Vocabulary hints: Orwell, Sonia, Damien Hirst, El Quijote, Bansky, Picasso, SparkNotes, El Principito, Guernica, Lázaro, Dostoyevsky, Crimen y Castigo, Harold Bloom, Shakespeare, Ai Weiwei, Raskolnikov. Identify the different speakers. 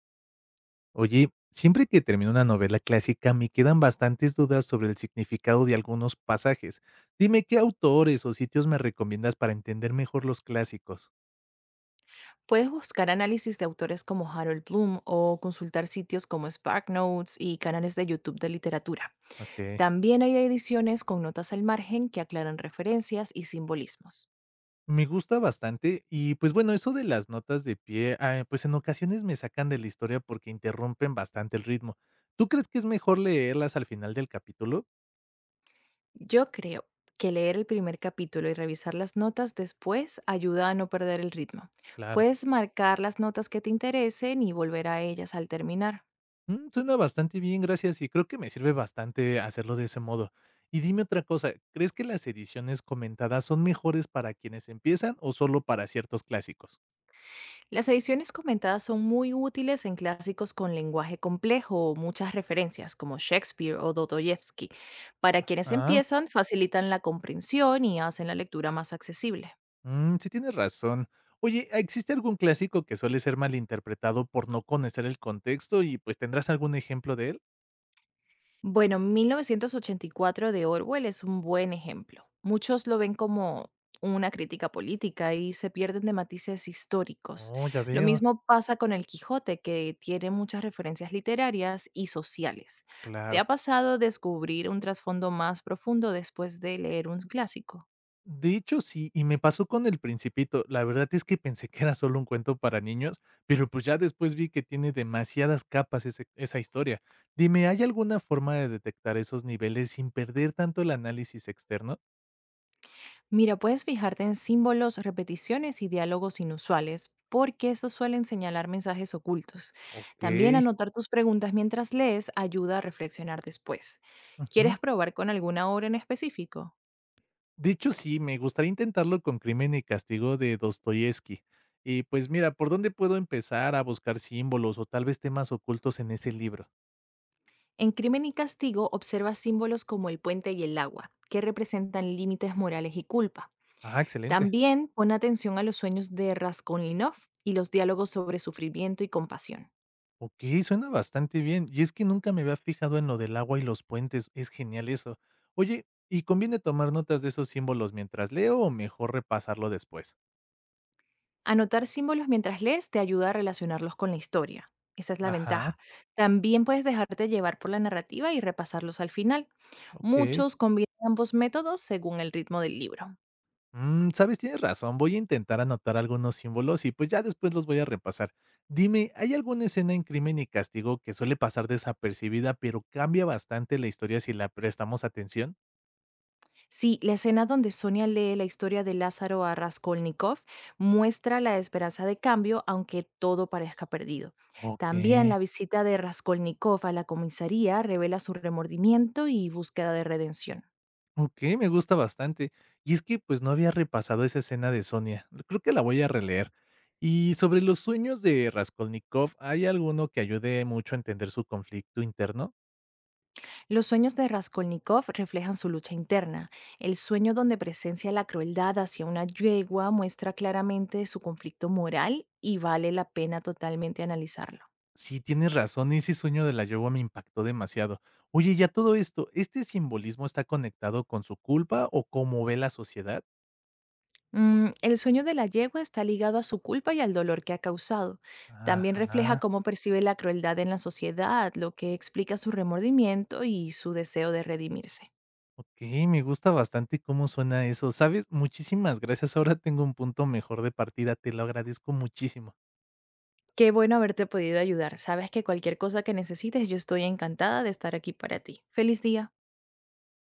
Speaker 1: Oye, siempre que termino una novela clásica me quedan bastantes dudas sobre el significado de algunos pasajes. Dime qué autores o sitios me recomiendas para entender mejor los clásicos.
Speaker 2: Puedes buscar análisis de autores como Harold Bloom o consultar sitios como SparkNotes y canales de YouTube de literatura.
Speaker 1: Ok.
Speaker 2: También hay ediciones con notas al margen que aclaran referencias y simbolismos.
Speaker 1: Me gusta bastante y pues bueno, eso de las notas de pie, pues en ocasiones me sacan de la historia porque interrumpen bastante el ritmo. ¿Tú crees que es mejor leerlas al final del capítulo?
Speaker 2: Yo creo que leer el primer capítulo y revisar las notas después ayuda a no perder el ritmo.
Speaker 1: Claro.
Speaker 2: Puedes marcar las notas que te interesen y volver a ellas al terminar.
Speaker 1: Mm, suena bastante bien, gracias, y creo que me sirve bastante hacerlo de ese modo. Y dime otra cosa, ¿crees que las ediciones comentadas son mejores para quienes empiezan o solo para ciertos clásicos?
Speaker 2: Las ediciones comentadas son muy útiles en clásicos con lenguaje complejo o muchas referencias, como Shakespeare o Dostoyevsky. Para quienes
Speaker 1: Ah,
Speaker 2: empiezan, facilitan la comprensión y hacen la lectura más accesible.
Speaker 1: sí tienes razón. Oye, ¿existe algún clásico que suele ser malinterpretado por no conocer el contexto y pues tendrás algún ejemplo de él?
Speaker 2: Bueno, 1984 de Orwell es un buen ejemplo. Muchos lo ven como una crítica política y se pierden de matices históricos.
Speaker 1: Oh, ya
Speaker 2: Lo
Speaker 1: veo.
Speaker 2: mismo pasa con El Quijote, que tiene muchas referencias literarias y sociales. ¿Te
Speaker 1: Claro.
Speaker 2: ha pasado descubrir un trasfondo más profundo después de leer un clásico?
Speaker 1: De hecho, sí, y me pasó con El Principito. La verdad es que pensé que era solo un cuento para niños, pero pues ya después vi que tiene demasiadas capas esa historia. Dime, ¿hay alguna forma de detectar esos niveles sin perder tanto el análisis externo?
Speaker 2: Mira, puedes fijarte en símbolos, repeticiones y diálogos inusuales, porque estos suelen señalar mensajes ocultos. También
Speaker 1: Ok.
Speaker 2: anotar tus preguntas mientras lees ayuda a reflexionar después.
Speaker 1: Ujú.
Speaker 2: ¿Quieres probar con alguna obra en específico?
Speaker 1: De hecho, sí, me gustaría intentarlo con Crimen y Castigo de Dostoyevsky. Y pues mira, ¿por dónde puedo empezar a buscar símbolos o tal vez temas ocultos en ese libro?
Speaker 2: En Crimen y Castigo observa símbolos como el puente y el agua, que representan límites morales y culpa.
Speaker 1: Ah, excelente.
Speaker 2: También pon atención a los sueños de Raskolnikov y los diálogos sobre sufrimiento y compasión.
Speaker 1: Ok, suena bastante bien. Y es que nunca me había fijado en lo del agua y los puentes, es genial eso. Oye, ¿y conviene tomar notas de esos símbolos mientras leo o mejor repasarlo después?
Speaker 2: Anotar símbolos mientras lees te ayuda a relacionarlos con la historia. Esa es la
Speaker 1: Ajá,
Speaker 2: ventaja. También puedes dejarte llevar por la narrativa y repasarlos al final.
Speaker 1: ok.
Speaker 2: Muchos combinan ambos métodos según el ritmo del libro.
Speaker 1: Mm, ¿sabes? Tienes razón, voy a intentar anotar algunos símbolos y, pues, ya después los voy a repasar. Dime, ¿hay alguna escena en Crimen y Castigo que suele pasar desapercibida, pero cambia bastante la historia si la prestamos atención?
Speaker 2: Sí, la escena donde Sonia lee la historia de Lázaro a Raskolnikov muestra la esperanza de cambio, aunque todo parezca perdido. También
Speaker 1: Okey.
Speaker 2: la visita de Raskolnikov a la comisaría revela su remordimiento y búsqueda de redención.
Speaker 1: Ok, me gusta bastante. Y es que, pues, no había repasado esa escena de Sonia. Creo que la voy a releer. Y sobre los sueños de Raskolnikov, ¿hay alguno que ayude mucho a entender su conflicto interno?
Speaker 2: Los sueños de Raskolnikov reflejan su lucha interna. El sueño donde presencia la crueldad hacia una yegua muestra claramente su conflicto moral y vale la pena totalmente analizarlo.
Speaker 1: Sí, tienes razón, ese sueño de la yegua me impactó demasiado. Oye, ya todo esto, ¿este simbolismo está conectado con su culpa o cómo ve la sociedad?
Speaker 2: El sueño de la yegua está ligado a su culpa y al dolor que ha causado. También refleja
Speaker 1: Ajá.
Speaker 2: cómo percibe la crueldad en la sociedad, lo que explica su remordimiento y su deseo de redimirse.
Speaker 1: Ok, me gusta bastante cómo suena eso, ¿sabes? Muchísimas gracias. Ahora tengo un punto mejor de partida, te lo agradezco muchísimo.
Speaker 2: Qué bueno haberte podido ayudar. Sabes que cualquier cosa que necesites, yo estoy encantada de estar aquí para ti. Feliz día.